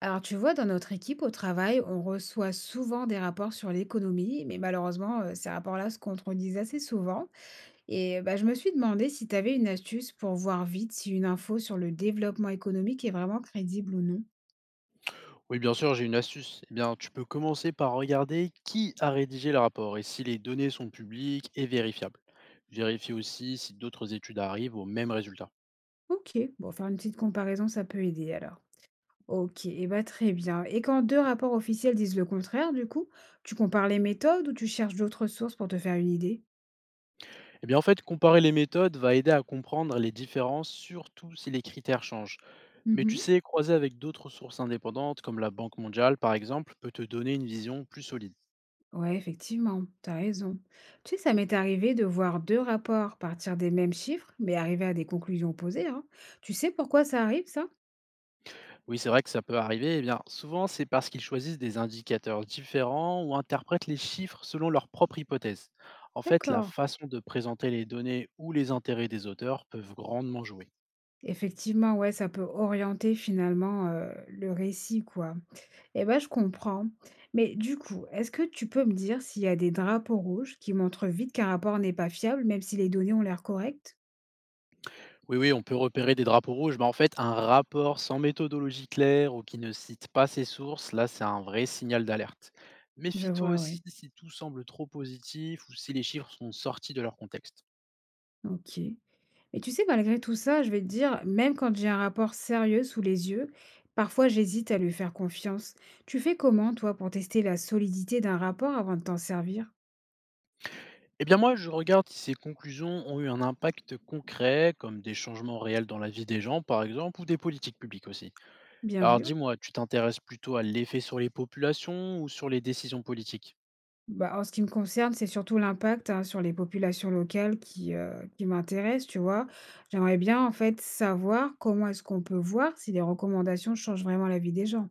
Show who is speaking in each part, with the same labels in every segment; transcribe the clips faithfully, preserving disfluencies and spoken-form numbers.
Speaker 1: Alors, tu vois, dans notre équipe au travail, on reçoit souvent des rapports sur l'économie, mais malheureusement, euh, ces rapports-là se contredisent assez souvent. Et bah, je me suis demandé si tu avais une astuce pour voir vite si une info sur le développement économique est vraiment crédible ou non.
Speaker 2: Oui, bien sûr, j'ai une astuce. Eh bien, tu peux commencer par regarder qui a rédigé le rapport et si les données sont publiques et vérifiables. Vérifie aussi si d'autres études arrivent au même résultat.
Speaker 1: Ok, bon, faire une petite comparaison, ça peut aider alors. Ok, et bah très bien. Et quand deux rapports officiels disent le contraire, du coup, tu compares les méthodes ou tu cherches d'autres sources pour te faire une idée?
Speaker 2: Eh bien, en fait, comparer les méthodes va aider à comprendre les différences, surtout si les critères changent. Mais tu sais, croiser avec d'autres sources indépendantes, comme la Banque mondiale par exemple, peut te donner une vision plus solide.
Speaker 1: Ouais, effectivement, t'as raison. Tu sais, ça m'est arrivé de voir deux rapports partir des mêmes chiffres, mais arriver à des conclusions opposées, hein. Tu sais pourquoi ça arrive, ça?
Speaker 2: Oui, c'est vrai que ça peut arriver. Eh bien, souvent, c'est parce qu'ils choisissent des indicateurs différents ou interprètent les chiffres selon leur propre hypothèse. En fait, la
Speaker 1: D'accord.
Speaker 2: façon de présenter les données ou les intérêts des auteurs peuvent grandement jouer.
Speaker 1: Effectivement, ouais, ça peut orienter finalement euh, le récit, quoi. Eh ben, je comprends. Mais du coup, est-ce que tu peux me dire s'il y a des drapeaux rouges qui montrent vite qu'un rapport n'est pas fiable, même si les données ont l'air correctes?
Speaker 2: Oui, oui, on peut repérer des drapeaux rouges, mais en fait, un rapport sans méthodologie claire ou qui ne cite pas ses sources, là, c'est un vrai signal d'alerte.
Speaker 1: Je
Speaker 2: Méfie-toi
Speaker 1: vois,
Speaker 2: aussi
Speaker 1: ouais.
Speaker 2: si tout semble trop positif ou si les chiffres sont sortis de leur contexte.
Speaker 1: Ok. Mais tu sais, malgré tout ça, je vais te dire, même quand j'ai un rapport sérieux sous les yeux, parfois j'hésite à lui faire confiance. Tu fais comment, toi, pour tester la solidité d'un rapport avant de t'en servir?
Speaker 2: Eh bien moi, je regarde si ces conclusions ont eu un impact concret, comme des changements réels dans la vie des gens, par exemple, ou des politiques publiques aussi.
Speaker 1: Bien
Speaker 2: Alors
Speaker 1: vu.
Speaker 2: dis-moi, tu t'intéresses plutôt à l'effet sur les populations ou sur les décisions politiques?
Speaker 1: Bah, en ce qui me concerne, c'est surtout l'impact hein, sur les populations locales qui, euh, qui m'intéresse, tu vois. J'aimerais bien, en fait, savoir comment est-ce qu'on peut voir si les recommandations changent vraiment la vie des gens.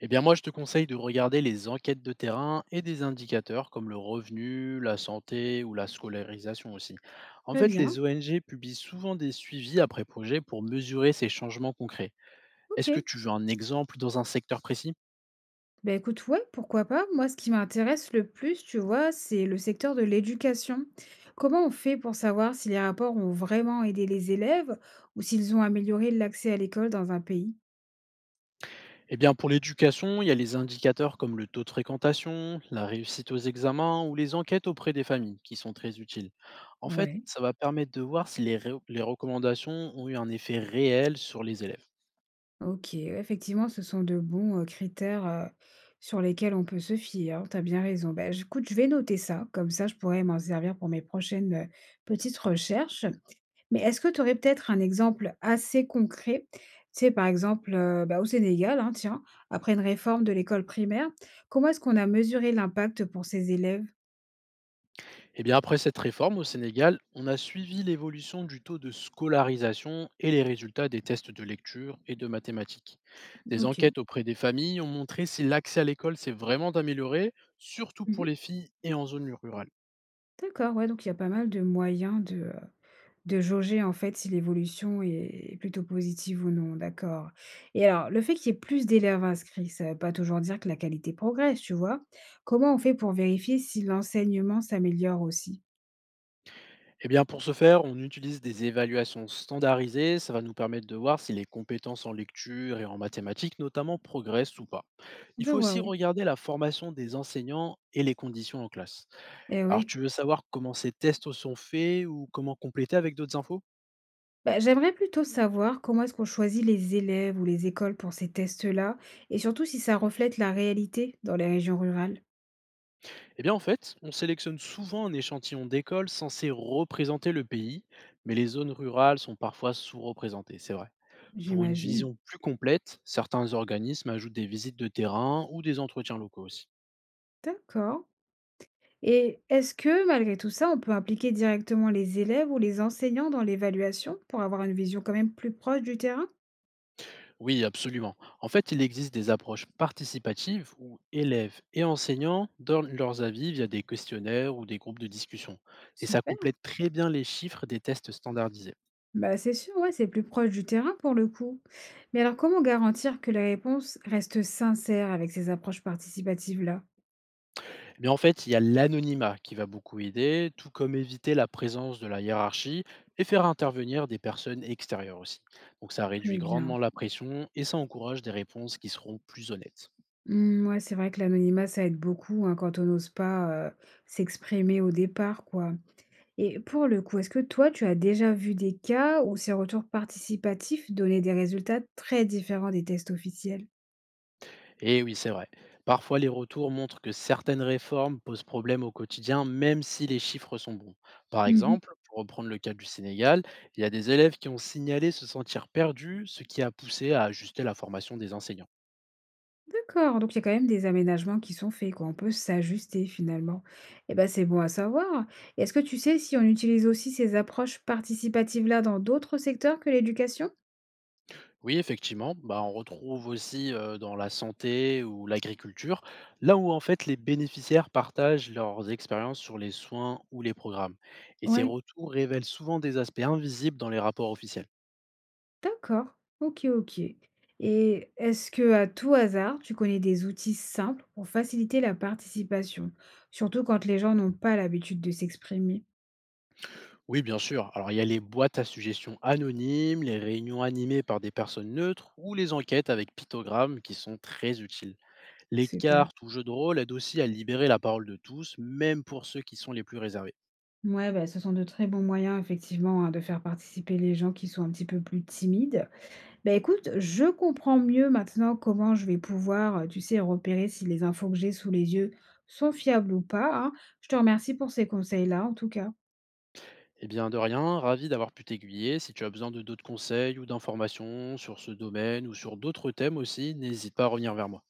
Speaker 2: Eh bien moi, je te conseille de regarder les enquêtes de terrain et des indicateurs comme le revenu, la santé ou la scolarisation aussi. En
Speaker 1: Très
Speaker 2: fait,
Speaker 1: bien,
Speaker 2: les O N G publient souvent des suivis après projet pour mesurer ces changements concrets.
Speaker 1: ok.
Speaker 2: Est-ce que tu veux un exemple dans un secteur précis?
Speaker 1: Ben écoute, ouais, pourquoi pas? Moi, ce qui m'intéresse le plus, tu vois, c'est le secteur de l'éducation. Comment on fait pour savoir si les rapports ont vraiment aidé les élèves ou s'ils ont amélioré l'accès à l'école dans un pays?
Speaker 2: Eh bien, pour l'éducation, il y a les indicateurs comme le taux de fréquentation, la réussite aux examens ou les enquêtes auprès des familles qui sont très utiles. En fait,
Speaker 1: Ouais,
Speaker 2: ça va permettre de voir si les, ré- les recommandations ont eu un effet réel sur les élèves.
Speaker 1: ok, ouais, effectivement, ce sont de bons euh, critères euh, sur lesquels on peut se fier, hein. T'as bien raison. Ben j- écoute, je vais noter ça, comme ça je pourrais m'en servir pour mes prochaines euh, petites recherches. Mais est-ce que tu aurais peut-être un exemple assez concret? Tu sais, par exemple, heu, bah, au Sénégal, hein, tiens, après une réforme de l'école primaire, comment est-ce qu'on a mesuré l'impact pour ces élèves?
Speaker 2: Eh bien, après cette réforme au Sénégal, on a suivi l'évolution du taux de scolarisation et les résultats des tests de lecture et de mathématiques. Des
Speaker 1: Ok.
Speaker 2: enquêtes auprès des familles ont montré si l'accès à l'école s'est vraiment amélioré, surtout pour
Speaker 1: Mmh.
Speaker 2: les filles et en zone rurale.
Speaker 1: D'accord, ouais, donc il y a pas mal de moyens de, heu, de jauger, en fait, si l'évolution est est plutôt positive ou non, d'accord. Et alors, le fait qu'il y ait plus d'élèves inscrits, ça ne veut pas toujours dire que la qualité progresse, tu vois? Comment on fait pour vérifier si l'enseignement s'améliore aussi?
Speaker 2: Eh bien, pour ce faire, on utilise des évaluations standardisées. Ça va nous permettre de voir si les compétences en lecture et en mathématiques, notamment, progressent ou pas. Il
Speaker 1: Je
Speaker 2: faut
Speaker 1: vois,
Speaker 2: aussi
Speaker 1: ouais.
Speaker 2: regarder la formation des enseignants et les conditions en classe.
Speaker 1: Eh
Speaker 2: Alors
Speaker 1: oui.
Speaker 2: tu veux savoir comment ces tests sont faits ou comment compléter avec d'autres infos?
Speaker 1: Bah, j'aimerais plutôt savoir comment est-ce qu'on choisit les élèves ou les écoles pour ces tests-là et surtout si ça reflète la réalité dans les régions rurales,
Speaker 2: Eh bien en fait, on sélectionne souvent un échantillon d'école censé représenter le pays, mais les zones rurales sont parfois sous-représentées, c'est vrai. Pour une
Speaker 1: j'imagine.
Speaker 2: vision plus complète, certains organismes ajoutent des visites de terrain ou des entretiens locaux aussi.
Speaker 1: D'accord. Et est-ce que malgré tout ça, on peut impliquer directement les élèves ou les enseignants dans l'évaluation pour avoir une vision quand même plus proche du terrain?
Speaker 2: Oui, absolument. En fait, il existe des approches participatives où élèves et enseignants donnent leurs avis via des questionnaires ou des groupes de discussion. Et ça
Speaker 1: Super.
Speaker 2: complète très bien les chiffres des tests standardisés.
Speaker 1: Bah, c'est sûr, ouais, c'est plus proche du terrain pour le coup. Mais alors comment garantir que les réponses restent sincères avec ces approches participatives-là?
Speaker 2: Mais en fait, il y a l'anonymat qui va beaucoup aider, tout comme éviter la présence de la hiérarchie et faire intervenir des personnes extérieures aussi. Donc ça réduit
Speaker 1: Très bien.
Speaker 2: grandement la pression et ça encourage des réponses qui seront plus honnêtes.
Speaker 1: Mmh, ouais, c'est vrai que l'anonymat, ça aide beaucoup, hein, quand on n'ose pas, heu, s'exprimer au départ, quoi. Et pour le coup, est-ce que toi, tu as déjà vu des cas où ces retours participatifs donnaient des résultats très différents des tests officiels?
Speaker 2: Et oui, c'est vrai. Parfois, les retours montrent que certaines réformes posent problème au quotidien, même si les chiffres sont bons. Par
Speaker 1: Mmh.
Speaker 2: exemple, pour reprendre le cas du Sénégal, il y a des élèves qui ont signalé se sentir perdus, ce qui a poussé à ajuster la formation des enseignants.
Speaker 1: D'accord, donc il y a quand même des aménagements qui sont faits, quoi. On peut s'ajuster finalement. Et ben c'est bon à savoir. Et est-ce que tu sais si on utilise aussi ces approches participatives-là dans d'autres secteurs que l'éducation?
Speaker 2: Oui, effectivement, bah, on retrouve aussi euh, dans la santé ou l'agriculture, là où en fait les bénéficiaires partagent leurs expériences sur les soins ou les programmes. Et ces
Speaker 1: Ouais.
Speaker 2: retours révèlent souvent des aspects invisibles dans les rapports officiels.
Speaker 1: D'accord, ok, ok. Et est-ce que à tout hasard, tu connais des outils simples pour faciliter la participation? Surtout quand les gens n'ont pas l'habitude de s'exprimer.
Speaker 2: Oui, bien sûr. Alors il y a les boîtes à suggestions anonymes, les réunions animées par des personnes neutres ou les enquêtes avec pictogrammes qui sont très utiles. Les
Speaker 1: Super.
Speaker 2: cartes ou jeux de rôle aident aussi à libérer la parole de tous, même pour ceux qui sont les plus réservés.
Speaker 1: Ouais, bah, ce sont de très bons moyens, effectivement, hein, de faire participer les gens qui sont un petit peu plus timides. Bah, écoute, je comprends mieux maintenant comment je vais pouvoir, euh, tu sais, repérer si les infos que j'ai sous les yeux sont fiables ou pas, hein. Je te remercie pour ces conseils-là, en tout cas.
Speaker 2: Eh bien, de rien, ravi d'avoir pu t'aiguiller. Si tu as besoin de d'autres conseils ou d'informations sur ce domaine ou sur d'autres thèmes aussi, n'hésite pas à revenir vers moi.